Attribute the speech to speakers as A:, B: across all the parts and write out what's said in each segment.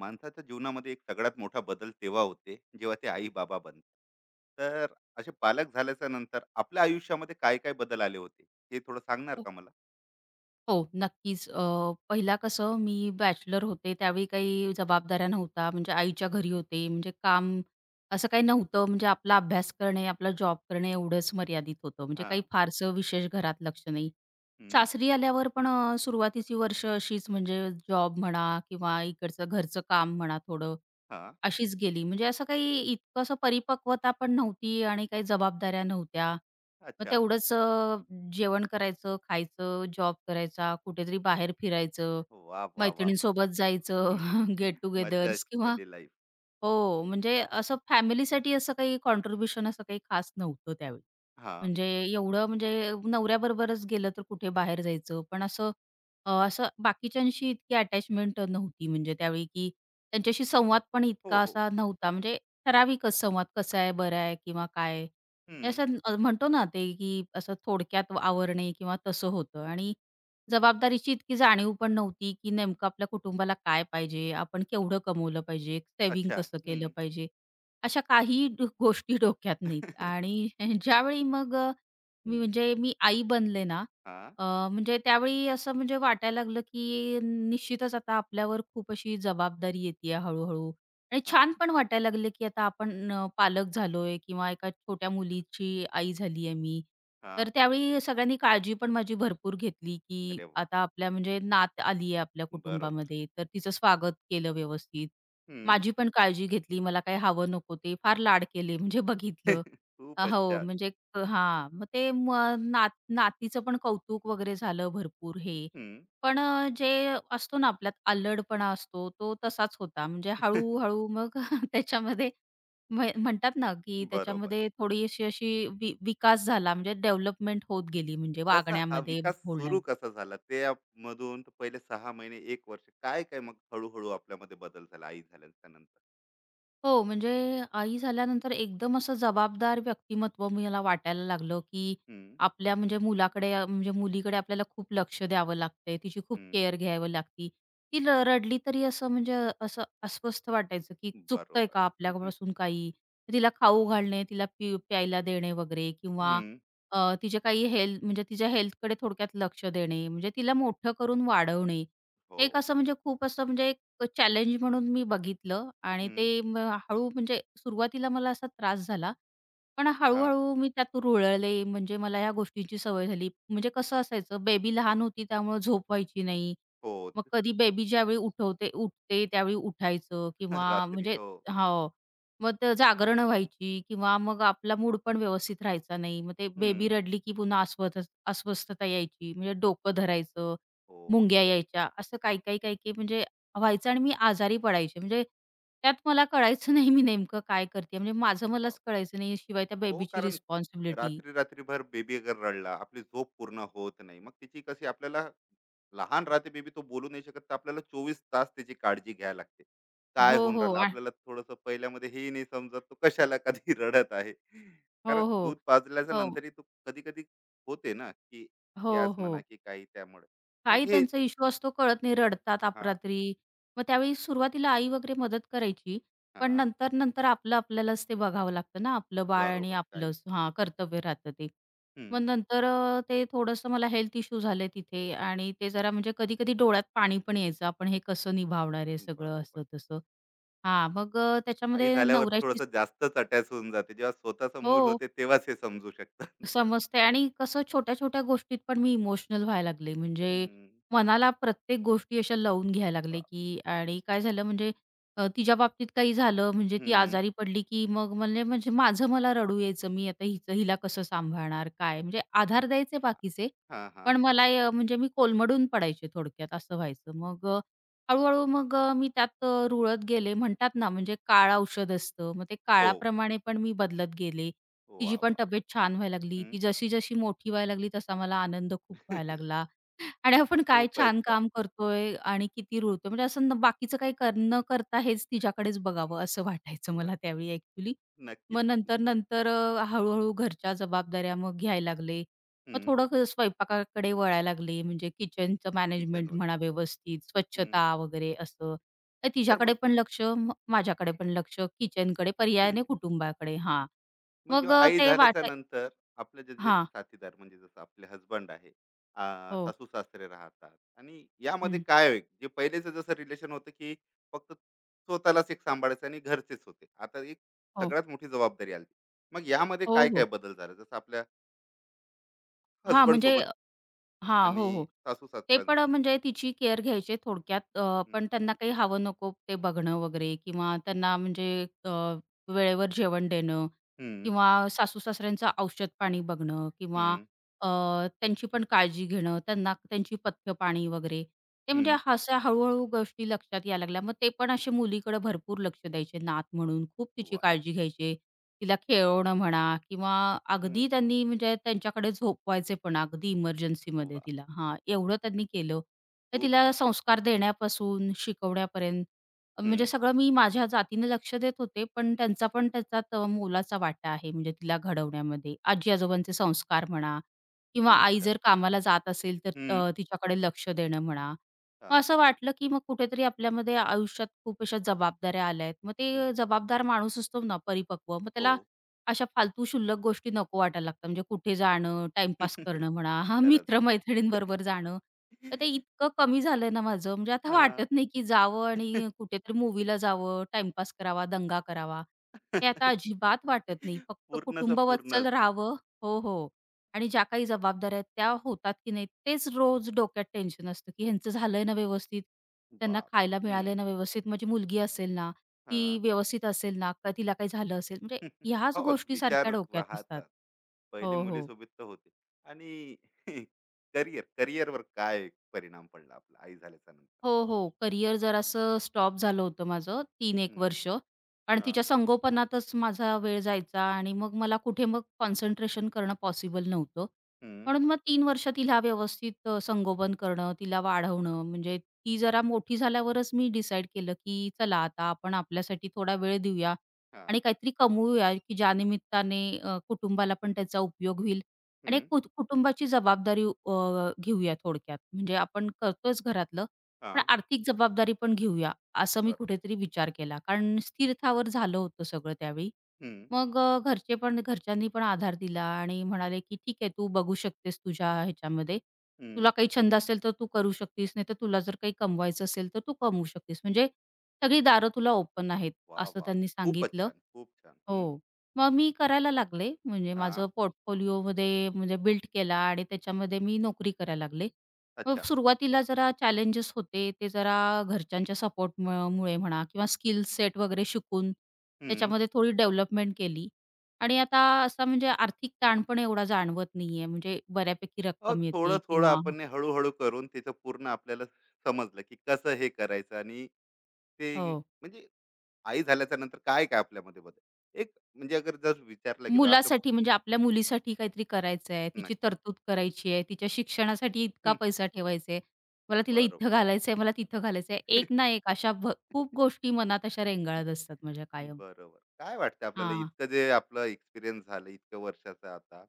A: माणसाच्या जीवनामध्ये एक सगळ्यात मोठा बदल तेव्हा होते जेव्हा ते आई बाबा बनतात. तर असे पालक झाल्याच्या नंतर आपल्या आयुष्यामध्ये काय काय बदल आले होते, ते थोडं सांगणार
B: हो,
A: का मला?
B: हो, नक्कीच. पहिला कसं मी बॅचलर होते, त्यावेळी काही जबाबदाऱ्या नव्हत्या. म्हणजे आईच्या घरी होते. म्हणजे काम असं काही नव्हतं. म्हणजे आपला अभ्यास करणे, आपला जॉब करणे एवढंच मर्यादित होतं. म्हणजे
A: हा.
B: काही फारसं विशेष घरात लक्ष नाही.
A: हम्म.
B: सासरी आल्यावर पण सुरुवातीची वर्ष अशीच म्हणजे जॉब म्हणा किंवा इकडचं घरचं काम म्हणा थोडं,
A: हा.
B: अशीच गेली. म्हणजे असं काही इतकं असं परिपक्वता पण नव्हती आणि काही जबाबदाऱ्या नव्हत्या. मग
A: अच्छा.
B: तेवढंच जेवण करायचं, खायचं, जॉब करायचा, कुठेतरी बाहेर फिरायचं,
A: वा वा वा.
B: मैत्रिणींसोबत जायचं, गेट
A: मज्जा
B: टुगेदर्स किंवा
A: वाली लाईफ.
B: हो, म्हणजे असं फॅमिलीसाठी असं काही कॉन्ट्रिब्युशन असं काही खास नव्हतं त्यावेळी.
A: हा.
B: म्हणजे एवढं म्हणजे नवऱ्याबरोबरच गेलं तर कुठे बाहेर जायचं. पण असं बाकीच्यांशी इतकी अटॅचमेंट नव्हती म्हणजे त्यावेळी, की त्यांच्याशी संवाद पण
A: हो
B: इतका
A: हो.
B: असा नव्हता. म्हणजे ठराविकच संवाद कसा आहे, बरा आहे किंवा काय हे
A: हम्म.
B: असं, म्हणतो ना ते, की असं थोडक्यात आवरणे किंवा तसं होतं आणि जबाबदारीची इतकी जाणीव पण नव्हती, की नेमकं आपल्या कुटुंबाला काय पाहिजे, आपण केवढं कमवलं पाहिजे, सेव्हिंग
A: अच्छा.
B: कसं केलं
A: हम्म.
B: पाहिजे, अशा काही गोष्टी डोक्यात नाहीत. आणि ज्यावेळी मग,
A: हम्म.
B: मी आई बनले ना,
A: हा
B: अ, म्हणजे त्यावेळी असं म्हणजे वाटायला लागलं, की निश्चितच आता आपल्यावर खूप अशी जबाबदारी येतीये हळू आणि
A: हा
B: छान पण वाटायला लागलं, की आता आपण, पालक झालोय किंवा एका छोट्या मुलीची आई झालीये मी.
A: हा.
B: तर त्यावेळी सगळ्यांनी काळजी पण माझी भरपूर घेतली, की
A: अरे वा.
B: आता आपल्या म्हणजे नात आली आहे आपल्या
A: बरोबर.
B: कुटुंबामध्ये, तर तिचं स्वागत केलं व्यवस्थित.
A: हम्म.
B: माझी पण काळजी घेतली, मला काय हवं नको ते फार लाड केले म्हणजे बघितलं.
A: खूपच
B: हो,
A: छान.
B: म्हणजे हां, मग ते म नात नातीचं पण कौतुक वगैरे झालं भरपूर हे.
A: हम्म.
B: पण, जे असतो ना आपल्यात अल्लडपणा असतो, तो तसाच होता. म्हणजे हळू-हळू मग त्याच्यामध्ये म्हणतात ना, की
A: बरोबर.
B: त्याच्यामध्ये थोडीशी अशी विकास झाला म्हणजे डेव्हलपमेंट होत गेली म्हणजे
A: कसा हा
B: वागण्यामध्ये,
A: विकास सुरू
B: बोलण्यामध्ये.
A: कसा झाला त्यामधून? तर पहिले सहा महिने, एक वर्ष, काय काय मग हळूहळू आपल्यामध्ये बदल झाला आई झाल्याच्या नंतर?
B: हो, म्हणजे आई झाल्यानंतर एकदम असं जबाबदार व्यक्तिमत्व मला वाटायला लागलं, की
A: हम्म.
B: आपल्या म्हणजे मुलाकडे, म्हणजे मुलीकडे आपल्याला खूप लक्ष द्यावं लागतंय. तिची खूप
A: हम्म.
B: केअर घ्यावी लागती. ती रडली तरी असं म्हणजे असं अस्वस्थ वाटायचं, की चुकतंय
A: बरोबर.
B: का आपल्यापासून काही? तिला खाऊ घालणे, तिला प्यायला देणे वगैरे किंवा,
A: हम्म.
B: तिचे काही हेल्थ म्हणजे तिच्या हेल्थकडे थोडक्यात लक्ष देणे, म्हणजे तिला मोठं करून वाढवणे.
A: हो.
B: एक असं म्हणजे खूप असं म्हणजे चॅलेंज म्हणून मी बघितलं आणि
A: हम्म.
B: ते हळू म्हणजे सुरुवातीला मला असा त्रास झाला. पण
A: हा.
B: हळू-हळू मी त्यात रुळले, म्हणजे मला ह्या गोष्टींची सवय झाली. म्हणजे कसं असायचं, बेबी लहान होती त्यामुळे झोप व्हायची नाही.
A: हो.
B: मग कधी बेबी ज्यावेळी उठते त्यावेळी उठायचं किंवा
A: रात्री,
B: म्हणजे
A: हो.
B: हो. मग ते जागरणं व्हायची किंवा मग आपला मूड पण व्यवस्थित राहायचा नाही. मग ते बेबी
A: हम्म.
B: रडली की पुन्हा अस्वस्थता यायची. म्हणजे डोकं धरायचं,
A: हो.
B: मुंग्या यायच्या. असं काही म्हणजे व्हायचं आणि मी आजारी पडायचे. म्हणजे त्यात मला कळायचं नाही मी नेमकं काय करते. म्हणजे माझं मलाच कळायचं नाही. शिवाय त्या
A: हो
B: बेबीची
A: कारण
B: रिस्पॉन्सिबिलिटी.
A: रात्री रात्रीभर बेबी अगर रडला, आपली झोप पूर्ण होत नाही, मग तिची कशी आपल्याला. लहान राहते बेबी, तो बोलू नाही शकत, तर आपल्याला चोवीस तास त्याची काळजी घ्यायला लागते. काय
B: हो,
A: होऊन
B: हो.
A: राहिलं आपल्याला थोडंसं पहिल्यामध्ये हे नाही समजत, तो कशाला कधी रडत आहे. कारण
B: हो, हो.
A: दूध पाजल्याच्या
B: हो.
A: नंतरही तो कधी कधी होते ना की
B: हो,
A: गॅस
B: हो.
A: म्हणा की काही त्यामुळे.
B: काही
A: मग हे.
B: त्यांचा इश्यू असतो कळत नाही, रडतात
A: हा.
B: अपरात्री. मग त्यावेळी सुरुवातीला आई वगैरे मदत करायची. पण
A: हा.
B: नंतर आपलं आपल्यालाच ते बघावं लागतं ना, आपलं बाळ आणि
A: बरोबर काही.
B: आपलंच हां, कर्तव्य राहतं ते.
A: हम्म.
B: मग नंतर, ते थोडंसं मला हेल्थ इश्यू झाले तिथे आणि ते जरा म्हणजे कधी-कधी डोळ्यात पाणी पण यायचं. आपण हे कसं निभावणार आहे सगळं
A: बरोबर.
B: असं तसं. हां, मग,
A: आई
B: त्याच्यामध्ये
A: झाल्यावर
B: नवऱ्याची
A: थोडस जास्तच अटॅच होऊन जाते, जेव्हा स्वतःचं मूल
B: हो.
A: होते तेव्हाच हे समजू शकतात.
B: समजते आणि कसं छोट्या-छोट्या गोष्टीत पण मी इमोशनल व्हायला लागले. म्हणजे
A: हं.
B: मनाला प्रत्येक गोष्टी अशा लावून घ्यायला लागले,
A: बाप!
B: की आणि काय झालं म्हणजे, तिच्या बाबतीत काही झालं म्हणजे ती
A: हं.
B: आजारी पडली, की मग म्हणजे म्हणजे माझं मला रडू यायचं. मी आता हिचं हिला कसं सांभाळणार? काय? म्हणजे आधार द्यायचे बाकीचे,
A: हां,
B: पण
A: हां.
B: मला, म्हणजे मी कोलमडून पडायचे थोडक्यात असं व्हायचं. मग, हळू मग, मी त्यात, रुळत गेले म्हणतात ना, म्हणजे काळ औषध असतं. मग ते
A: हो.
B: काळाप्रमाणे पण मी बदलत गेले.
A: वाह!
B: तिची
A: वाह!
B: पण
A: वाह!
B: तब्येत छान व्हायला लागली.
A: हं.
B: ती जशी-जशी मोठी व्हायला लागली तसा मला आनंद खूप व्हायला लागला. आणि आपण काय
A: खूपच
B: छान
A: छान.
B: काम करतोय आणि किती रुळतोय. म्हणजे असं न बाकीचं काही कर न करता हेच तिच्याकडेच बघावं असं वाटायचं
A: बर.
B: मला त्यावेळी ॲक्चुअली.
A: नक्कीच.
B: मग नंतर-नंतर, हळू घरच्या जबाबदाऱ्या मग घ्यायला लागले. मग
A: हं.
B: थोडं स्वयंपाकाकडे वळायला लागले. म्हणजे किचनचं
A: किचन
B: मॅनेजमेंट
A: वगैरे.
B: म्हणा व्यवस्थित,
A: हं.
B: स्वच्छता वगैरे असं. तर
A: तर
B: तिच्याकडे
A: मग.
B: पण लक्ष, माझ्याकडे पण लक्ष, किचनकडे पर्यायाने कुटुंबाकडे. हां.
A: मग
B: मग
A: जेव्हा
B: अ,
A: आई
B: ते
A: झाल्याच्या
B: वाटाय
A: नंतर आपले जे, जे
B: हां.
A: साथीदार म्हणजे जसं आपले हसबंड आहे,
B: हो.
A: सासू-सासरे राहतात, आणि यामध्ये
B: हं.
A: काय होईल जे पहिलेचं जसं रिलेशन होतं, की फक्त स्वतःलाच एक सांभाळायचं आणि घरचेच होते. आता एक
B: हो.
A: सगळ्यात मोठी जबाबदारी आली. मग यामध्ये
B: हो,
A: काय-काय
B: हो.
A: बदल झाला? जसं आपल्या
B: हां,
A: हसबंड
B: म्हणजे
A: सोबत
B: हां.
A: आणि
B: हो, हो.
A: सासू
B: ते पण
A: सासऱ्यांसोबत.
B: म्हणजे तिची केअर घ्यायचे थोडक्यात.
A: हम्म.
B: पण त्यांना काही हवं नको ते बघणं वगैरे किंवा त्यांना म्हणजे, अ, वेळेवर जेवण देणं
A: हम्म.
B: किंवा सासू-सासऱ्यांचं औषध-पाणी बघणं किंवा,
A: हम्म.
B: अ, त्यांची पण काळजी घेणं, त्यांना त्यांची पथ्य-पाणी वगैरे. ते म्हणजे
A: हम्म.
B: अशा हळू-हळू गोष्टी लक्षात यायला लागल्या. मग ते पण असे मुलीकडे भरपूर लक्ष द्यायचे नात म्हणून. खूप तिची
A: वा.
B: काळजी घ्यायचे. तिला खेळवणं म्हणा किंवा
A: हम्म.
B: अगदी त्यांनी म्हणजे त्यांच्याकडे झोपवायचे पण अगदी इमर्जन्सीमध्ये
A: वा.
B: तिला. हां, एवढं त्यांनी केलं. तर
A: खूप
B: तिला
A: छान.
B: संस्कार देण्यापासून शिकवण्यापर्यंत अं, म्हणजे
A: हम्म.
B: सगळं मी माझ्या जातीने लक्ष देत होते, पण त्यांचा पण त्याच्यात, मोलाचा वाटा आहे म्हणजे तिला घडवण्यामध्ये. आजी-आजोबांचे संस्कार म्हणा किंवा
A: खूप
B: आई
A: छान.
B: जर कामाला जात असेल तर,
A: हम्म.
B: तिच्याकडे लक्ष देणं म्हणा.
A: हा.
B: मग असं वाटलं, की मग कुठेतरी आपल्यामध्ये आयुष्यात खूप अशा जबाबदाऱ्या आल्या आहेत. मग
A: हम्म.
B: ते जबाबदार माणूस असतो ना परिपक्व, मग
A: हो.
B: त्याला अशा फालतू शुल्लक गोष्टी नको वाटायला लागतात. म्हणजे कुठे जाणं, टाईमपास करणं म्हणा, हां,
A: खरंच.
B: मित्र-मैत्रिणींबरोबर जाणं. तर ते इतकं कमी झालंय ना माझं, म्हणजे आता
A: हा.
B: वाटत नाही, की जावं आणि कुठेतरी मूव्हीला जावं, टाईमपास करावा, दंगा करावा. हे आता अजिबात वाटत नाही. फक्त
A: पूर्णच
B: कुटुंबवत्सल
A: पूर्णच.
B: राहावं. हो, हो. आणि ज्या काही जबाबदाऱ्या आहेत त्या होतात की नाही तेच रोज डोक्यात टेन्शन असतं की ह्यांचं झालंय ना व्यवस्थित, त्यांना
A: बाप.
B: खायला
A: हम्म.
B: मिळालंय ना व्यवस्थित, माझी मुलगी असेल ना, ती
A: हा.
B: व्यवस्थित असेल ना, का तिला काही झालं असेल, म्हणजे ह्याच
A: हो,
B: गोष्टी
A: विचार
B: सारख्या डोक्यात असतात.
A: राहतात. पहिले
B: हो, हो.
A: मुलीसोबत तर होते आणि करिअर, करिअरवर काय परिणाम पडला आपला आई झाल्याच्या नंतर?
B: हो, हो. करियर जरासं स्टॉप झालं होतं माझं तीन एक
A: हम्म.
B: वर्ष आणि
A: हा.
B: तिच्या संगोपनातच माझा वेळ जायचा आणि मग मला कुठे मग कॉन्सन्ट्रेशन करणं पॉसिबल नव्हतं.
A: हम्म.
B: म्हणून मग 3 वर्ष तिला व्यवस्थित, संगोपन करणं, तिला वाढवणं म्हणजे ती जरा मोठी झाल्यावरच मी डिसाईड केलं, की चला आता आपण आपल्यासाठी थोडा वेळ देऊया
A: हा.
B: आणि काहीतरी कमवूया, की ज्या निमित्ताने, कुटुंबाला पण त्याचा उपयोग होईल आणि एक
A: हम्म.
B: कुटुंबाची जबाबदारी, घेऊया थोडक्यात. म्हणजे आपण करतोच घरातलं
A: हा.
B: पण आर्थिक जबाबदारी पण घेऊया, असं मी
A: बरोबर.
B: कुठेतरी विचार केला. कारण स्थिरथावर झालं होतं सगळं त्यावेळी.
A: हं.
B: मग, घरचे पण घरच्यांनी पण आधार दिला आणि म्हणाले, की "ठीक आहे, तू बघू शकतेस तुझ्या ह्याच्यामध्ये.
A: हं.
B: तुला काही छंद असेल तर तू करू शकतीस, नाहीतर तुला जर काही कमवायचं असेल तर तू कमवू शकतीस. म्हणजे सगळी दारं तुला ओपन आहेत,"
A: वाह,
B: असं
A: वाह, वाह!
B: त्यांनी
A: खूपच
B: सांगितलं.
A: छान, खूप छान. हं.
B: हो. मग मी करायला लागले. म्हणजे
A: हां,
B: माझं पोर्टफोलिओमध्ये म्हणजे बिल्ड केला आणि त्याच्यामध्ये मी नोकरी करायला लागले. मग
A: अच्छा.
B: सुरुवातीला जरा चॅलेंजेस होते. ते जरा घरच्यांच्या सपोर्ट मुळे म्हणा किंवा स्किल सेट वगैरे शिकून
A: हं.
B: त्याच्यामध्ये थोडी डेव्हलपमेंट केली. आणि आता असा म्हणजे आर्थिक ताण पण एवढा जाणवत नाहीये. म्हणजे बऱ्यापैकी
A: मग
B: रक्कम येते
A: थोडं-थोडं
B: किंवा
A: आपण हे हळू-हळू करून तिचं पूर्ण आपल्याला समजलं, की कसं हे करायचं आणि ते
B: हो.
A: म्हणजे आई झाल्याच्या नंतर काय-काय आपल्यामध्ये बदल? एक म्हणजे अगर जर विचारलं गेलं आपलं.
B: मुलासाठी म्हणजे आपल्या मुलीसाठी काहीतरी करायचं आहे, तिची
A: नक्की.
B: तरतूद करायची आहे, तिच्या शिक्षणासाठी इतका
A: हं.
B: पैसा ठेवायचा आहे, मला तिला
A: बरोबर.
B: इथं घालायचं आहे, मला तिथं घालायचं आहे. एक ना एक अशा खूप गोष्टी मनात अशा रेंगाळत असतात माझ्या कायम.
A: बरोबर. काय वाटतं आपल्याला
B: हां,
A: इतकं जे आपलं एक्सपिरियन्स झालं इतक्या वर्षाचं आता,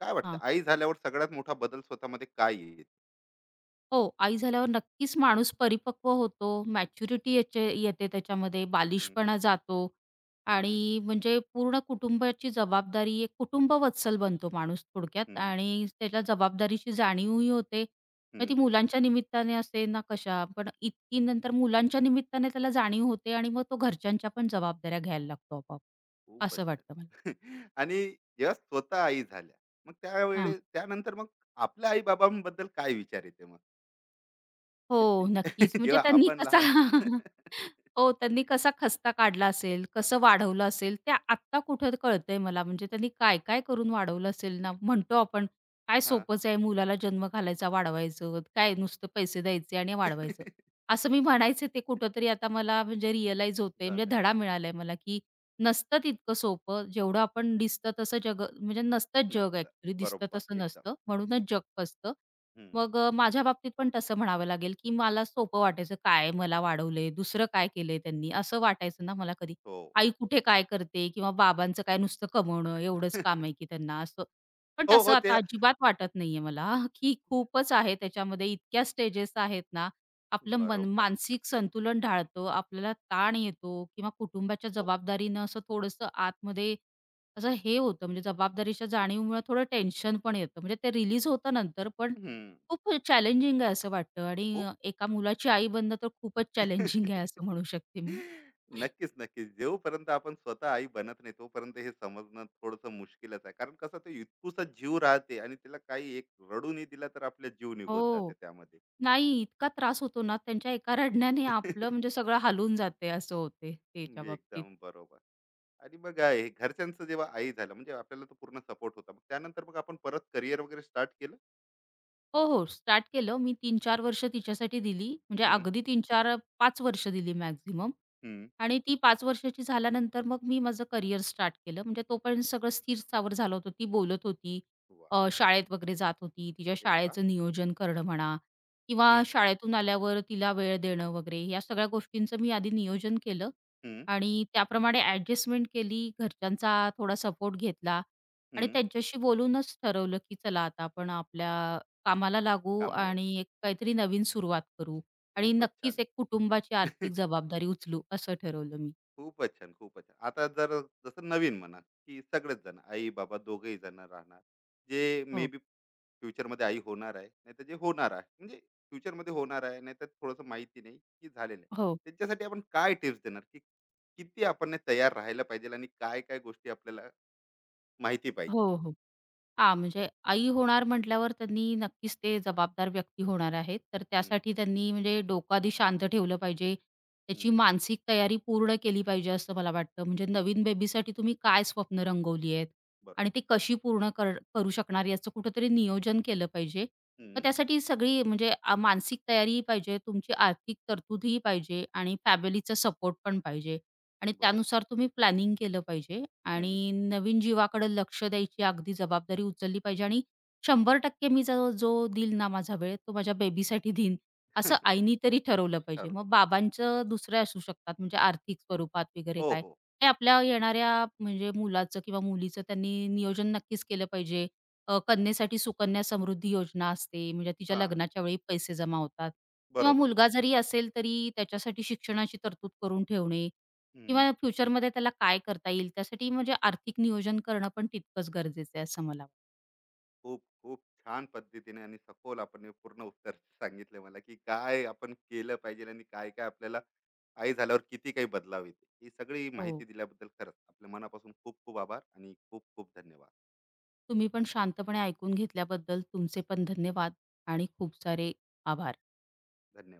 A: काय वाटतं
B: हां.
A: आई झाल्यावर सगळ्यात मोठा बदल स्वतःमध्ये काय येईल?
B: हो, आई झाल्यावर नक्कीच माणूस परिपक्व होतो, मॅच्युरिटी याचे येते त्याच्यामध्ये,
A: हं.
B: बालिशपणा जातो
A: हं.
B: आणि म्हणजे पूर्ण कुटुंबाची जबाबदारी, एक कुटुंबवत्सल बनतो माणूस थोडक्यात
A: हं.
B: आणि त्याला जबाबदारीची जाणीवही होते. मग ती
A: हं.
B: मुलांच्या निमित्ताने असे ना कशा, पण इतकी नंतर मुलांच्या निमित्ताने त्याला जाणीव होते आणि मग तो घरच्यांच्या पण जबाबदाऱ्या घ्यायला लागतो आपोआप.
A: खूपच
B: असं
A: छान.
B: वाटतं मला.
A: आणि जेव्हा स्वतः आई झाल्या, मग त्यावेळेस त्यानंतर मग आपल्या आई-बाबांबद्दल काय विचार येते मग? की ते
B: हो, नक्कीच. म्हणजे
A: जेव्हा
B: त्यांनी
A: आपण
B: कसा
A: लहान.
B: हो, त्यांनी कसा खस्ता काढला असेल,
A: हां,
B: कसं वाढवलं असेल, ते आत्ता कुठं कळतंय मला. म्हणजे त्यांनी काय-काय करून वाढवलं असेल ना. म्हणतो आपण, काय
A: हां.
B: सोपंच आहे मुलाला जन्म घालायचा, वाढवायचं, काय नुसतं पैसे द्यायचे आणि वाढवायचं. असं मी म्हणायचे ते कुठेतरी आता मला म्हणजे रिअलाईज होतंय, म्हणजे
A: झालं.
B: धडा मिळालाय मला, की नसतं तितकं सोपं. जेवढं आपण दिसतं तसं जग म्हणजे नसतं जग
A: नसतं.
B: ॲक्चुअली, दिसतं
A: बरोबर
B: तसं
A: एकदम.
B: नसतं. म्हणूनच जग फसतं.
A: हं.
B: मग, माझ्या बाबतीत पण तसं म्हणावं लागेल, की मला सोपं वाटायचं, काय मला वाढवलंय, दुसरं काय केलंय त्यांनी, असं वाटायचं ना मला कधी.
A: हो.
B: आई कुठे काय करते किंवा बाबांचं काय नुसतं कमवणं एवढंच काम आहे की त्यांना असं. पण
A: हो,
B: तसं
A: हो. ते
B: आता अजिबात वाटत नाहीये मला, की खूपच आहे त्याच्यामध्ये इतक्या स्टेजेस आहेत ना, आपलं मन
A: बरोबर.
B: मानसिक संतुलन ढाळतं, आपल्याला ताण येतो किंवा कुटुंबाच्या
A: हो.
B: जबाबदारीनं असं थोडंसं आतमध्ये असं हे होतं म्हणजे जबाबदारीच्या जाणीवमुळे थोडं टेन्शन पण येतं. म्हणजे ते रिलीज होतं नंतर पण
A: हं.
B: खूप चॅलेंजिंग आहे असं वाटतं आणि,
A: खूप.
B: एका मुलाची आई बनणं तर खूपच चॅलेंजिंग आहे असं म्हणू शकते मी.
A: नक्कीच, नक्कीच. जोपर्यंत आपण स्वतः आई बनत नाही, तोपर्यंत हे समजणं थोडंसं मुश्किलच आहे. कारण कसं ते इतकुसा जीव राहते आणि त्याला काही एक रडूनही दिला तर आपला जीव निघून जाते
B: हो.
A: त्यामध्ये.
B: नाही इतका त्रास होतो ना, त्यांच्या एका रडण्याने आपलं म्हणजे सगळं हालून जाते असं होते त्याच्या बाबतीत.
A: एकदम बरोबर. आणि मग हे घरच्यांचं जेव्हा आई झालं म्हणजे आपल्याला तो पूर्ण सपोर्ट होता. मग त्यानंतर मग आपण परत करियर वगैरे स्टार्ट केलं?
B: हो, हो. स्टार्ट केलं. मी 3-4 वर्ष तिच्यासाठी दिली. म्हणजे
A: हं,
B: अगदी 3-4 5 वर्ष दिली मॅक्सिमम.
A: हं.
B: आणि ती 5 वर्षाची झाल्यानंतर मग मी माझं करियर स्टार्ट केलं. म्हणजे तोपर्यंत सगळं स्थिर स्थावर झालं होतं. ती बोलत होती,
A: वाह!
B: शाळेत वगैरे जात होती. तिच्या
A: अरे वाह!
B: शाळेचं नियोजन करणं म्हणा किंवा
A: हं,
B: शाळेतून आल्यावर तिला वेळ देणं वगैरे या सगळ्या गोष्टींचं मी आधी नियोजन केलं
A: हं,
B: आणि त्याप्रमाणे ॲडजस्टमेंट केली. घरच्यांचा थोडा सपोर्ट घेतला आणि
A: हं.
B: त्यांच्याशी बोलूनच ठरवलं, की चला आता आपण आपल्या कामाला लागू
A: कामाला.
B: आणि एक काहीतरी नवीन सुरुवात करू. आणि
A: खूपच
B: नक्कीच
A: छान.
B: एक कुटुंबाची आर्थिक जबाबदारी उचलू असं ठरवलं मी.
A: खूपच छान, खूपच छान. आता जर जसं नवीन म्हणा, की सगळेच जण आई-बाबा दोघंही जण राहणार, जे मे
B: हो.
A: बी फ्युचरमध्ये आई होणार आहे, नाहीतर जे होणार आहे, म्हणजे फ्युचरमध्ये होणार आहे, नाहीतर थोडंसं माहिती नाही, की झालेलं आहे.
B: हो.
A: त्यांच्यासाठी आपण काय टिप्स देणार, की किती आपण ने तयार राहायला पाहिजे आणि काय-काय गोष्टी आपल्याला माहिती पाहिजे?
B: हो, हो. हां, म्हणजे आई होणार म्हटल्यावर त्यांनी नक्कीच ते जबाबदार व्यक्ती होणार आहेत. तर
A: हं,
B: त्यासाठी त्यांनी म्हणजे डोकं आधी शांत ठेवलं पाहिजे. त्याची
A: हं,
B: मानसिक तयारी पूर्ण केली पाहिजे असं मला वाटतं. म्हणजे नवीन बेबीसाठी तुम्ही काय स्वप्न रंगवली आहेत आणि
A: बरोबर.
B: ती कशी पूर्ण करू शकणार याचं कुठेतरी नियोजन केलं पाहिजे. मग
A: हं,
B: त्यासाठी सगळी म्हणजे, मानसिक तयारीही पाहिजे, तुमची आर्थिक तरतूदही पाहिजे आणि फॅमिलीचा सपोर्ट पण पाहिजे. आणि
A: बरोबर.
B: त्यानुसार तुम्ही प्लॅनिंग केलं पाहिजे
A: हं,
B: आणि नवीन जीवाकडे लक्ष द्यायची अगदी जबाबदारी उचलली पाहिजे आणि 100% मी जो जो देईल ना माझा वेळ, तो माझ्या बेबीसाठी देईन, असं आईनी तरी ठरवलं पाहिजे.
A: ठरवलं
B: मग
A: पाहिजे.
B: बाबांचं दुसरे असू शकतात म्हणजे आर्थिक स्वरूपात वगैरे
A: हो,
B: काय.
A: हो.
B: हे आपल्या येणाऱ्या म्हणजे मुलाचं किंवा मुलीचं त्यांनी नियोजन नक्कीच केलं पाहिजे. कन्येसाठी सुकन्या समृद्धी योजना असते, म्हणजे तिच्या
A: हां,
B: लग्नाच्या वेळी पैसे जमा होतात किंवा
A: बरोबर.
B: मुलगा जरी असेल तरी त्याच्यासाठी शिक्षणाची तरतूद करून ठेवणे किंवा फ्युचरमध्ये त्याला काय करता येईल, त्यासाठी म्हणजे आर्थिक नियोजन करणं पण तितकंच गरजेचं आहे असं मला वाटतं.
A: खूप खूप छान पद्धतीने आणि सखोल आपण पूर्ण उत्तर सांगितले मला की काय आपण केलं पाहिजे आणि काय काय आपल्याला आई झाल्यावर किती काही बदलाव येते ही सगळी
B: हो.
A: माहिती दिल्याबद्दल खरंच आपल्या मनापासून खूप खूप आभार आणि खूप खूप धन्यवाद.
B: तुम्ही पण शांतपणे ऐकून घेतल्याबद्दल तुमचे पण धन्यवाद आणि खूप सारे आभार.
A: धन्यवाद.